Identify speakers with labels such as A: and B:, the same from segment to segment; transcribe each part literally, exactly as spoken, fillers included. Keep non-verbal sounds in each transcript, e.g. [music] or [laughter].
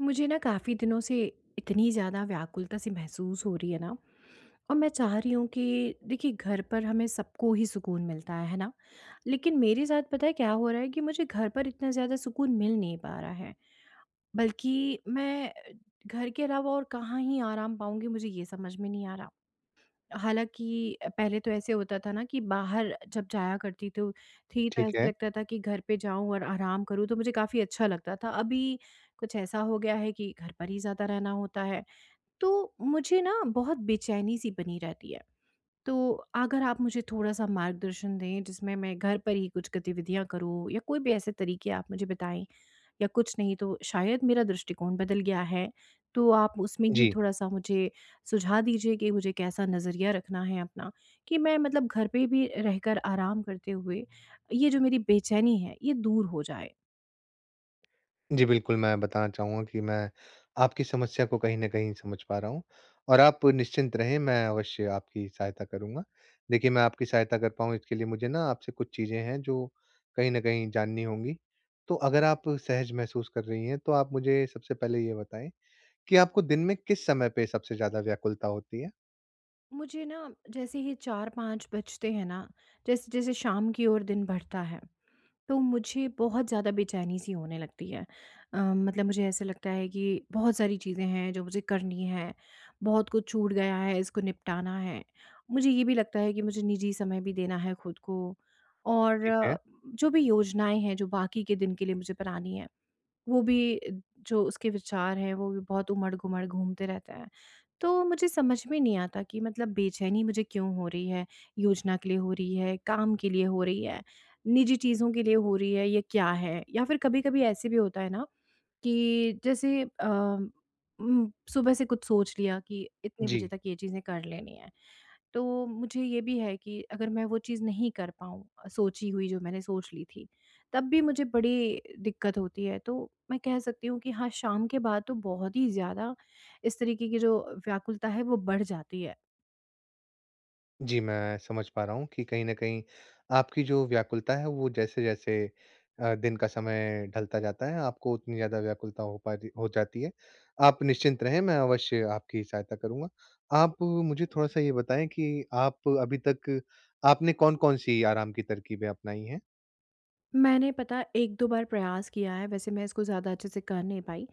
A: मुझे ना काफ़ी दिनों से इतनी ज़्यादा व्याकुलता सी महसूस हो रही है ना। और मैं चाह रही हूँ कि देखिए घर पर हमें सबको ही सुकून मिलता है है ना। लेकिन मेरे साथ पता है क्या हो रहा है कि मुझे घर पर इतना ज़्यादा सुकून मिल नहीं पा रहा है, बल्कि मैं घर के अलावा और कहाँ ही आराम पाऊंगी मुझे ये समझ में नहीं आ रहा। हालाँकि अ, पहले तो ऐसे होता था ना कि बाहर जब जाया करती तो थी तो
B: ठीक
A: ऐसे
B: है।
A: लगता था कि घर पे जाऊँ और आराम करूँ तो मुझे काफ़ी अच्छा लगता था। अभी कुछ ऐसा हो गया है कि घर पर ही ज़्यादा रहना होता है। तो मुझे ना बहुत बेचैनी-सी बनी रहती है। तो अगर आप मुझे थोड़ा-सा मार्गदर्शन दें जिसमें मैं घर पर ही कुछ गतिविधियाँ करूँ या कोई भी ऐसे तरीके आप मुझे बताएँ या कुछ नहीं तो शायद मेरा दृष्टिकोण बदल गया है, तो आप उसमें ही
B: जी।
A: थोड़ा-सा मुझे सुझाव दीजिए कि मुझे कैसा नज़रिया रखना है अपना कि मैं मतलब घर पे भी रहकर आराम करते हुए ये जो मेरी बेचैनी है ये दूर हो जाए।
B: जी, बिल्कुल, मैं बताना चाहूँगा कि मैं आपकी समस्या को कहीं न कहीं समझ पा रहा हूँ और आप निश्चिंत रहें, मैं अवश्य आपकी सहायता करूँगा। देखिए, मैं आपकी सहायता कर पाऊँ, इसके लिए मुझे ना आपसे कुछ चीज़ें हैं, जो कहीं न कहीं जाननी होंगी। तो अगर आप सहज महसूस कर रही हैं, तो आप मुझे सबसे पहले ये बताएँ कि आपको दिन में किस समय पे सबसे ज़्यादा व्याकुलता होती है?
A: मुझे ना जैसे ही चार-पाँच बजते हैं ना, जैसे-जैसे शाम की ओर दिन बढ़ता है तो मुझे बहुत ज़्यादा बेचैनी-सी होने लगती है। अ, मतलब मुझे ऐसा लगता है कि बहुत सारी चीज़ें हैं जो मुझे करनी हैं, बहुत कुछ छूट गया है, इसको निपटाना है। मुझे ये भी लगता है कि मुझे निजी समय भी देना है खुद को, और
B: ठीक है।
A: अ, जो भी योजनाएँ हैं जो बाकी के दिन के लिए मुझे बनानी है वो भी, जो उसके विचार हैं वो भी बहुत उमड़-घुमड़ घूमते रहते हैं। तो मुझे समझ में नहीं आता कि मतलब बेचैनी मुझे क्यों हो रही है? योजना के लिए हो रही है, काम के लिए हो रही है, निजी चीज़ों के लिए हो रही है, ये क्या है? या फिर कभी-कभी ऐसे भी होता है ना कि जैसे अ, उम, सुबह से कुछ सोच लिया कि इतने बजे
B: जी।
A: तक ये चीज़ें कर लेनी है। तो मुझे ये भी है कि अगर मैं वो चीज़ नहीं कर पाऊँ अ, सोची हुई जो मैंने सोच ली थी, तब भी मुझे बड़ी दिक्कत होती है। तो मैं कह सकती हूँ कि हाँ, शाम के बाद तो बहुत ही ज़्यादा इस तरीके की जो व्याकुलता है वो बढ़ जाती है।
B: जी, मैं समझ पा रहा हूँ कि कहीं न कहीं आपकी जो व्याकुलता है वो जैसे-जैसे अ, दिन का समय ढलता जाता है, आपको उतनी ज़्यादा व्याकुलता हो पा रही हो जाती है। आप निश्चिंत रहें, मैं अवश्य आपकी सहायता करूँगा। आप मुझे थोड़ा-सा ये बताएँ कि आप अभी तक आपने कौन-कौन सी आराम की तरकीबें अपनाई हैं?
A: मैंने पता एक-दो बार प्रयास किया है, वैसे मैं इसको ज़्यादा अच्छे से कर नहीं पाई।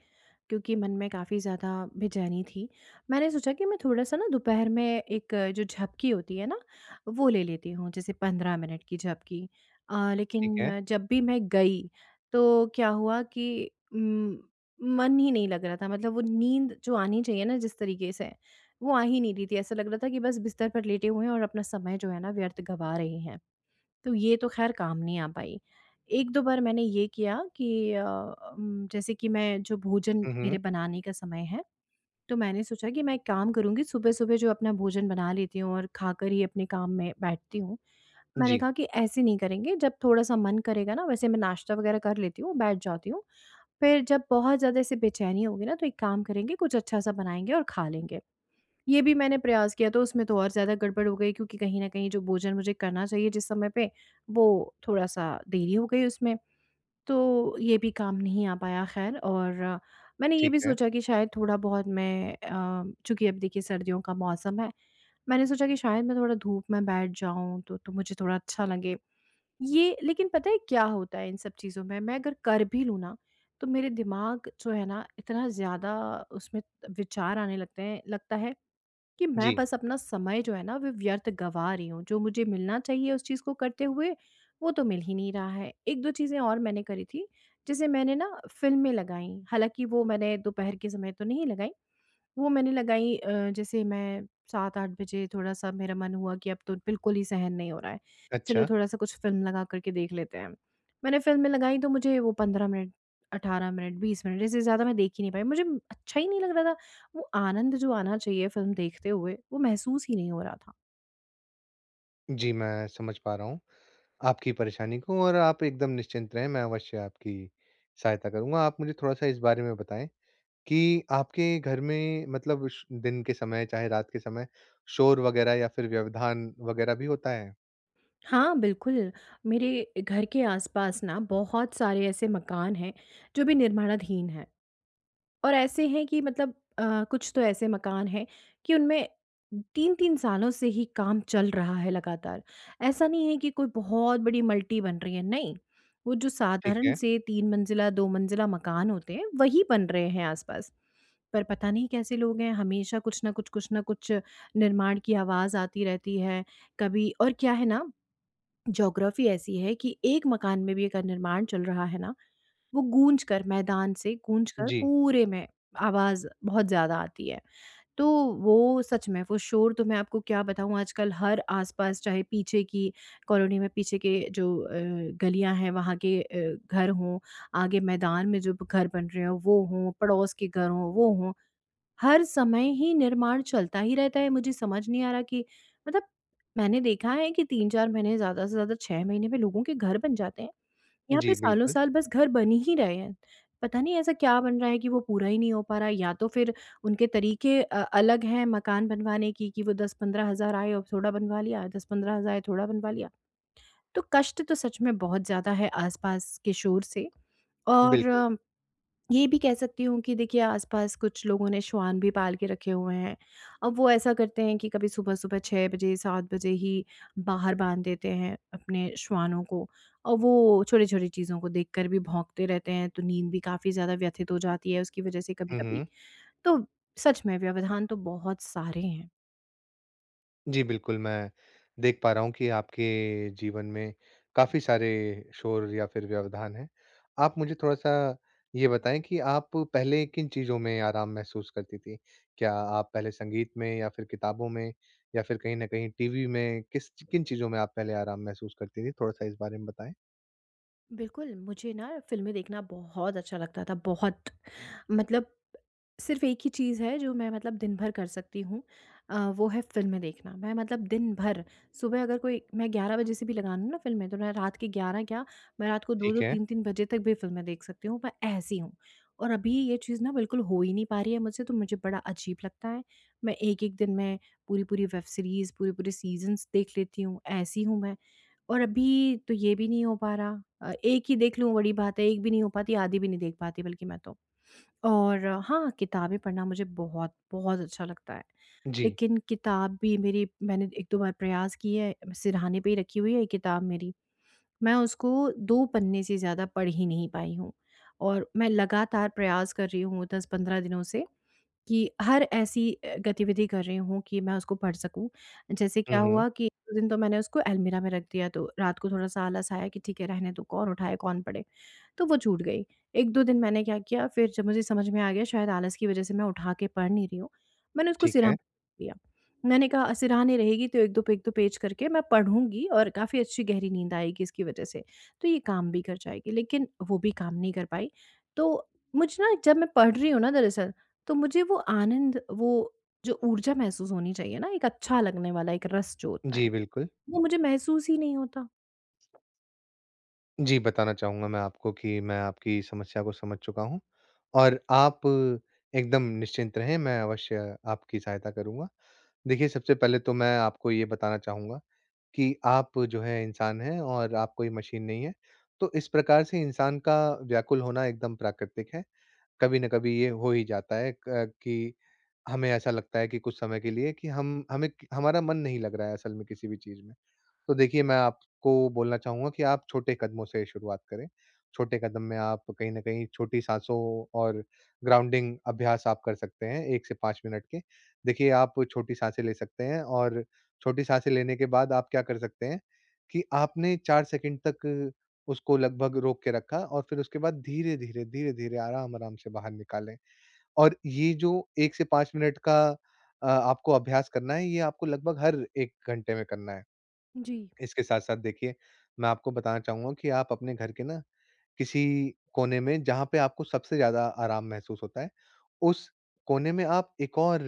A: क्योंकि मन में काफ़ी ज़्यादा बेचैनी थी। मैंने सोचा कि मैं थोड़ा-सा ना दोपहर में एक अ, जो झपकी होती है ना, वो ले लेती हूँ, जैसे पंद्रह मिनट की झपकी। अ, लेकिन
B: ठीक है।
A: अ, जब भी मैं गई, तो क्या हुआ कि उम, मन ही नहीं लग रहा था। मतलब वो नींद जो आनी चाहिए ना जिस तरीके से, वो आ ही नहीं रही थी। ऐसा लग रहा था कि बस बिस्तर पर लेटे हुए हैं और अपना समय जो है ना व्यर्थ गँवा रहे हैं। तो ये तो ख़ैर काम नहीं आ पाई। एक-दो बार मैंने ये किया कि अ, उम, जैसे कि मैं जो भोजन
B: हुँ, हुँ।
A: मेरे बनाने का समय है, तो मैंने सोचा कि मैं एक काम करूँगी सुबह-सुबह जो अपना भोजन बना लेती हूँ और खाकर ही अपने काम में बैठती हूँ। मैंने
B: जी,
A: कहा कि ऐसे नहीं करेंगे, जब थोड़ा-सा मन करेगा ना वैसे मैं नाश्ता वग़ैरह कर लेती हूँ, बैठ जाती हूँ। फिर जब बहुत ज़्यादा ऐसे बेचैनी होगी ना तो एक काम करेंगे, कुछ अच्छा-सा बनाएँगे और खा लेंगे। ये भी मैंने प्रयास किया तो उसमें तो और ज़्यादा गड़बड़ हो गई क्योंकि कहीं न कहीं जो भोजन मुझे करना चाहिए जिस समय पे, वो थोड़ा-सा देरी हो गई उसमें। तो ये भी काम नहीं आ पाया ख़ैर। और अ, मैंने ये
B: ठीक
A: भी
B: है।
A: सोचा कि शायद थोड़ा-बहुत मैं अ, चूँकि अब देखिए सर्दियों का मौसम है, मैंने सोचा कि शायद मैं थोड़ा धूप में बैठ जाऊँ तो तो मुझे थोड़ा अच्छा लगे। ये लेकिन पता है क्या होता है इन सब चीज़ों में, मैं अगर कर भी लूँ ना, तो मेरे दिमाग जो है ना इतना ज़्यादा उसमें विचार आने लगते हैं, लगता है कि मैं
B: जी,
A: बस अपना समय जो है ना वो व्यर्थ गँवा रही हूँ, जो मुझे मिलना चाहिए उस चीज़ को करते हुए, वो तो मिल ही नहीं रहा है। एक-दो चीज़ें और मैंने करी थी, जैसे मैंने ना फ़िल्में लगाई, हालाँकि वो मैंने दोपहर के समय तो नहीं लगाई, वो मैंने लगाई अ, जैसे मैं सात-आठ बजे थोड़ा-सा मेरा मन हुआ कि अब तो बिल्कुल ही सहन नहीं हो रहा है। चलो
B: अच्छा।
A: थोड़ा-सा कुछ फ़िल्म लगा कर के देख लेते हैं। मैंने फ़िल्म में लगाई तो मुझे वो पंद्रह मिनट, अठारह मिनट, बीस मिनट इससे ज़्यादा मैं देख ही नहीं पाई। मुझे अच्छा ही नहीं लग रहा था। वो आनंद जो आना चाहिए फ़िल्म देखते हुए, वो महसूस ही नहीं हो रहा था।
B: जी, मैं समझ पा रहा हूँ। आपकी परेशानी को और आप एकदम निश्चिंत रहें, मैं अवश्य आपकी सहायता करूँगा। आप मुझे थोड़ा-सा इस बारे में बताएँ कि आपके घर में मतलब श दिन के समय चाहे रात के समय शोर वग़ैरह या फिर व्यवधान वग़ैरह भी होता है?
A: हाँ, बिल्कुल, मेरे घर के आस-पास ना बहुत सारे ऐसे मकान हैं जो अभी निर्माणाधीन हैं। और ऐसे हैं कि मतलब अ, कुछ तो ऐसे मकान हैं कि उनमें तीन-तीन सालों से ही काम चल रहा है लगातार। ऐसा नहीं है कि कोई बहुत बड़ी मल्टी बन रही है, नहीं। वो जो
B: ठीक
A: साधारण
B: है।
A: से तीन मंजिला, दो मंजिला मकान होते हैं, वही बन रहे हैं आस-पास। पर पता नहीं कैसे लोग हैं, हमेशा कुछ न कुछ, कुछ न कुछ निर्माण की आवाज़ आती रहती है। कभी और क्या है ना, ज्योग्राफ़ी ऐसी है कि एक मकान में भी अगर निर्माण चल रहा है ना, वो गूँज कर मैदान से गूँज कर
B: जी।
A: पूरे में आवाज़ बहुत ज़्यादा आती है। तो वो सच में वो शोर तो मैं आपको क्या बताऊँ, आजकल हर आस-पास चाहे पीछे की कॉलोनी में पीछे के जो अ, गलियाँ हैं वहाँ के अ, घर हों, आगे मैदान में जो घर बन रहे हों वो हों, पड़ोस के घर हों वो हों, हर समय ही निर्माण चलता ही रहता है। मुझे समझ नहीं आ रहा कि मतलब मैंने देखा है कि तीन-चार महीने ज़्यादा से ज़्यादा छह महीने में लोगों के घर बन जाते हैं। यहाँ पे
B: जी,
A: सालों
B: बिल्कुल।
A: साल बस घर बन ही रहे हैं। पता नहीं ऐसा क्या बन रहा है कि वो पूरा ही नहीं हो पा रहा है, या तो फिर उनके तरीके अ, अलग हैं मकान बनवाने की कि वो दस-पंद्रह हज़ार आए और थोड़ा बनवा लिया, दस-पंद्रह हज़ार आए, थोड़ा बनवा लिया। तो कष्ट तो सच में बहुत ज़्यादा है आस-पास के शोर से।
B: बिल्कुल।
A: और ये भी कह सकती हूँ कि देखिए आसपास कुछ लोगों ने श्वान भी पाल के रखे हुए हैं। अब वो ऐसा करते हैं कि कभी सुबह-सुबह छह बजे सात बजे ही बाहर बाँध देते हैं अपने श्वानों को और वो छोटी-छोटी चीज़ों को देखकर भी भौंकते रहते हैं, तो नींद भी काफ़ी ज़्यादा व्यथित हो जाती है उसकी वज़ह से
B: हुँ,
A: कभी-कभी।
B: हुँ।
A: तो सच में व्यवधान तो बहुत सारे हैं।
B: जी, बिल्कुल, मैं देख पा रहा हूँ कि आपके जीवन में काफ़ी सारे शोर या फिर व्यवधान हैं। आप मुझे थोड़ा-सा ये बताएँ कि आप पहले किन चीज़ों में आराम महसूस करती थीं? क्या आप पहले संगीत में या फिर किताबों में या फिर कहीं न कहीं टीवी में किस किन चीज़ों में आप पहले आराम महसूस करती थीं? थोड़ा-सा इस बारे में बताएँ।
A: बिल्कुल, मुझे ना फ़िल्में देखना बहुत अच्छा लगता था, बहुत। मतलब सिर्फ़ एक ही चीज़ है जो मैं मतलब दिन भर कर सकती हूँ, अ, वो है फ़िल्में देखना। मैं मतलब दिन भर सुबह अगर कोई मैं ग्यारह बजे से भी लगा लूँ ना फ़िल्में तो मैं रात के ग्यारह क्या, मैं रात को
B: ठीक
A: दो-दो
B: है।
A: तीन-तीन बजे तक भी फ़िल्में देख सकती हूँ, मैं ऐसी हूँ। और अभी ये चीज़ ना बिल्कुल हो ही नहीं पा रही है मुझसे तो मुझे बड़ा अजीब लगता है। मैं एक-एक दिन में पूरी-पूरी वेब सीरीज़, पूरे-पूरे सीज़न्स देख लेती हूँ, ऐसी हूँ मैं। और अभी तो ये भी नहीं हो पा रहा, अ, एक ही देख लूँ बड़ी बात है, एक भी नहीं हो पाती, आधी भी नहीं देख पाती बल्कि मैं तो। और अ, हाँ, किताबें पढ़ना मुझे बहुत, बहुत अच्छा लगता है।
B: जी।
A: लेकिन किताब भी मेरी मैंने एक-दो बार प्रयास किया है, सिरहाने पे ही रखी हुई है ये किताब मेरी। मैं उसको दो पन्ने से ज़्यादा पढ़ ही नहीं पाई हूँ और मैं लगातार प्रयास कर रही हूँ दस-पंद्रह दिनों से कि हर ऐसी अ, गतिविधि कर रही हूँ कि मैं उसको पढ़ सकूँ। जैसे
B: हुँ,
A: क्या
B: हुँ।
A: हुआ कि एक दिन तो मैंने उसको अलमीरा में रख दिया, तो रात को थोड़ा-सा आलस आया कि ठीक है रहने दो, कौन उठाए, कौन पढ़े। तो वो छूट गई। एक-दो दिन मैंने क्या किया फिर जब मुझे समझ में आ गया शायद आलस की वज़ह से मैं उठा के पढ़ नहीं रही हूँ, मैंने उसको
B: ठीक
A: सिरहा
B: है।
A: दिया। [laughs] मैंने कहा सिरहाने रहेगी तो एक-दो एक-दो पेज करके मैं पढ़ूँगी और काफ़ी अच्छी गहरी नींद आएगी इसकी वज़ह से, तो ये काम भी कर जाएगी। लेकिन वो भी काम नहीं कर पाई। तो मुझे ना जब मैं पढ़ रही हूँ ना दरअसल, तो मुझे वो आनंद, वो जो ऊर्जा महसूस होनी चाहिए ना, एक अच्छा लगने वाला एक रस जो होता
B: जी,
A: है,
B: बिल्कुल।
A: वो मुझे महसूस ही नहीं होता।
B: जी, बताना चाहूँगा मैं आपको कि मैं आपकी समस्या को समझ चुका हूँ और आप एकदम निश्चिंत रहें, मैं अवश्य आपकी सहायता करूँगा। देखिए, सबसे पहले तो मैं आपको ये बताना चाहूँगा कि आप जो है इंसान हैं और आप कोई मशीन नहीं हैं। तो इस प्रकार से इंसान का व्याकुल होना एकदम प्राकृतिक है। कभी न कभी ये हो ही जाता है क कि हमें ऐसा लगता है कि कुछ समय के लिए कि हम हमें हमारा मन नहीं लग रहा है असल में किसी भी चीज़ में। तो देखिए, मैं आपको बोलना चाहूँगा कि आप छोटे कदमों से शुरुआत करें। छोटे कदम में आप कहीं न कहीं छोटी साँसों और ग्राउंडिंग अभ्यास आप कर सकते हैं एक से पाँच मिनट के। देखिए, आप छोटी साँसें ले सकते हैं और छोटी साँसें लेने के बाद आप क्या कर सकते हैं कि आपने चार सेकंड तक उसको लगभग रोक के रखा और फिर उसके बाद धीरे-धीरे, धीरे-धीरे, आराम-आराम से बाहर निकालें। और ये जो एक से पाँच मिनट का अ, आपको अभ्यास करना है, ये आपको लगभग हर एक घंटे में करना है।
A: जी।
B: इसके साथ-साथ देखिए, मैं आपको बताना चाहूँगा कि आप अपने घर के ना किसी कोने में जहाँ पे आपको सबसे ज़्यादा आराम महसूस होता है, उस कोने में आप एक और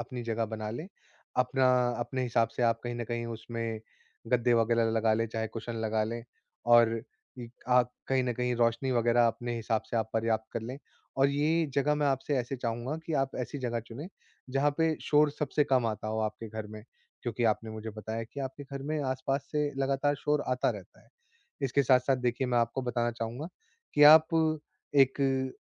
B: अपनी जगह बना लें। अपना अपने हिसाब से आप कहीं न कहीं उसमें गद्दे वगैरह लगा लें, चाहे कुशन लगा लें और इ आप कहीं न कहीं रोशनी वगैरह अपने हिसाब से आप पर्याप्त कर लें। और ये जगह मैं आपसे ऐसे चाहूँगा कि आप ऐसी जगह चुनें, जहाँ पे शोर सबसे कम आता हो आपके घर में, क्योंकि आपने मुझे बताया कि आपके घर में आस-पास से लगातार शोर आता रहता है। इसके साथ-साथ देखिए मैं आपको बताना चाहूँगा कि आप एक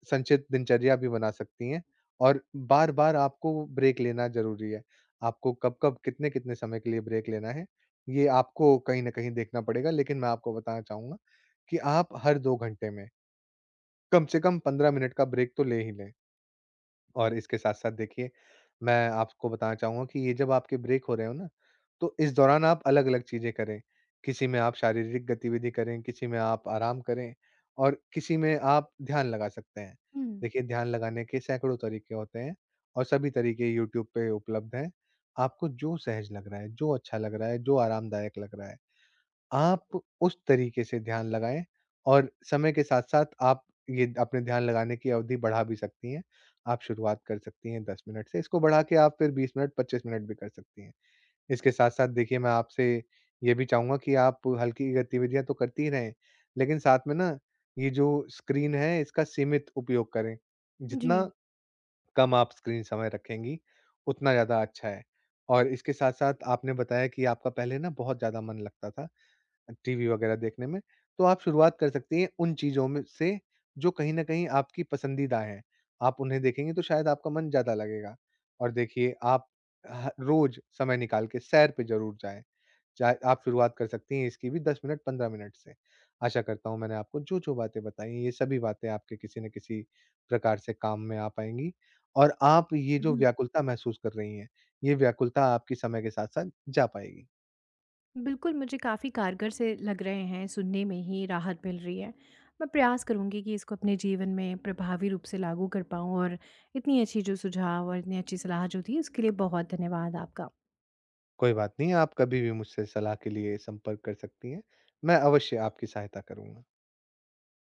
B: संचित दिनचर्या भी बना सकती हैं और बार-बार आपको ब्रेक लेना ज़रूरी है। आपको कब-कब, कितने-कितने समय के लिए ब्रेक लेना है, ये आपको कहीं न कहीं देखना पड़ेगा। लेकिन मैं आपको बताना चाहूँगा कि आप हर दो घंटे में कम से कम पंद्रह मिनट का ब्रेक तो ले ही लें। और इसके साथ-साथ देखिए, मैं आपको बताना चाहूँगा कि ये जब आपके ब्रेक हो रहे हो ना, तो इस दौरान आप अलग-अलग चीज़ें करें। किसी में आप शारीरिक गतिविधि करें, किसी में आप आराम करें और किसी में आप ध्यान लगा सकते हैं।
A: हुँ,
B: देखिए ध्यान लगाने के सैकड़ों तरीके होते हैं और सभी तरीके यूट्यूब पे उपलब्ध हैं। आपको जो सहज लग रहा है, जो अच्छा लग रहा है, जो आरामदायक लग रहा है। आप उस तरीके से ध्यान लगाएँ और समय के साथ-साथ आप ये अपने ध्यान लगाने की अवधि बढ़ा भी सकती हैं। आप शुरुआत कर सकती हैं दस मिनट से, इसको बढ़ा के आप फिर बीस मिनट, पच्चीस मिनट भी कर सकती हैं। इसके साथ-साथ देखिए मैं आपसे ये भी चाहूँगा कि आप हल्की गतिविधियाँ तो करती ही रहें, लेकिन साथ में ना ये जो स्क्रीन है इसका सीमित उपयोग करें।
A: जी।
B: जितना कम आप स्क्रीन समय रखेंगी, उतना ज़्यादा अच्छा है। और इसके साथ-साथ आपने बताया कि आपका पहले ना बहुत ज़्यादा मन लगता था, टीवी वगैरह देखने में, तो आप शुरुआत कर सकती हैं उन चीज़ों में से जो कहीं न कहीं आपकी पसंदीदा हैं। आप उन्हें देखेंगी तो शायद आपका मन ज़्यादा लगेगा। और देखिए आप ह रोज़ समय निकाल के सैर पे ज़रूर जाएँ। चाहे आप शुरुआत कर सकती हैं इसकी भी दस मिनट पंद्रह मिनट से। आशा करता हूँ मैंने आपको जो-जो बातें बताई हैं, ये सभी बातें आपके किसी न किसी प्रकार से काम में आ पाएँगी। और आप ये जो व्याकुलता महसूस कर रही हैं, ये व्याकुलता आपकी समय के साथ-साथ जा पाएगी।
A: बिल्कुल, मुझे काफ़ी कारगर से लग रहे हैं, सुनने में ही राहत मिल रही है। मैं प्रयास करूँगी कि इसको अपने जीवन में प्रभावी रूप से लागू कर पाऊँ और इतनी अच्छी जो सुझाव और इतनी अच्छी सलाह जो थी, उसके लिए बहुत धन्यवाद आपका।
B: कोई बात नहीं, आप कभी भी मुझसे सलाह के लिए संपर्क कर सकती हैं। मैं अवश्य आपकी सहायता करूँगा।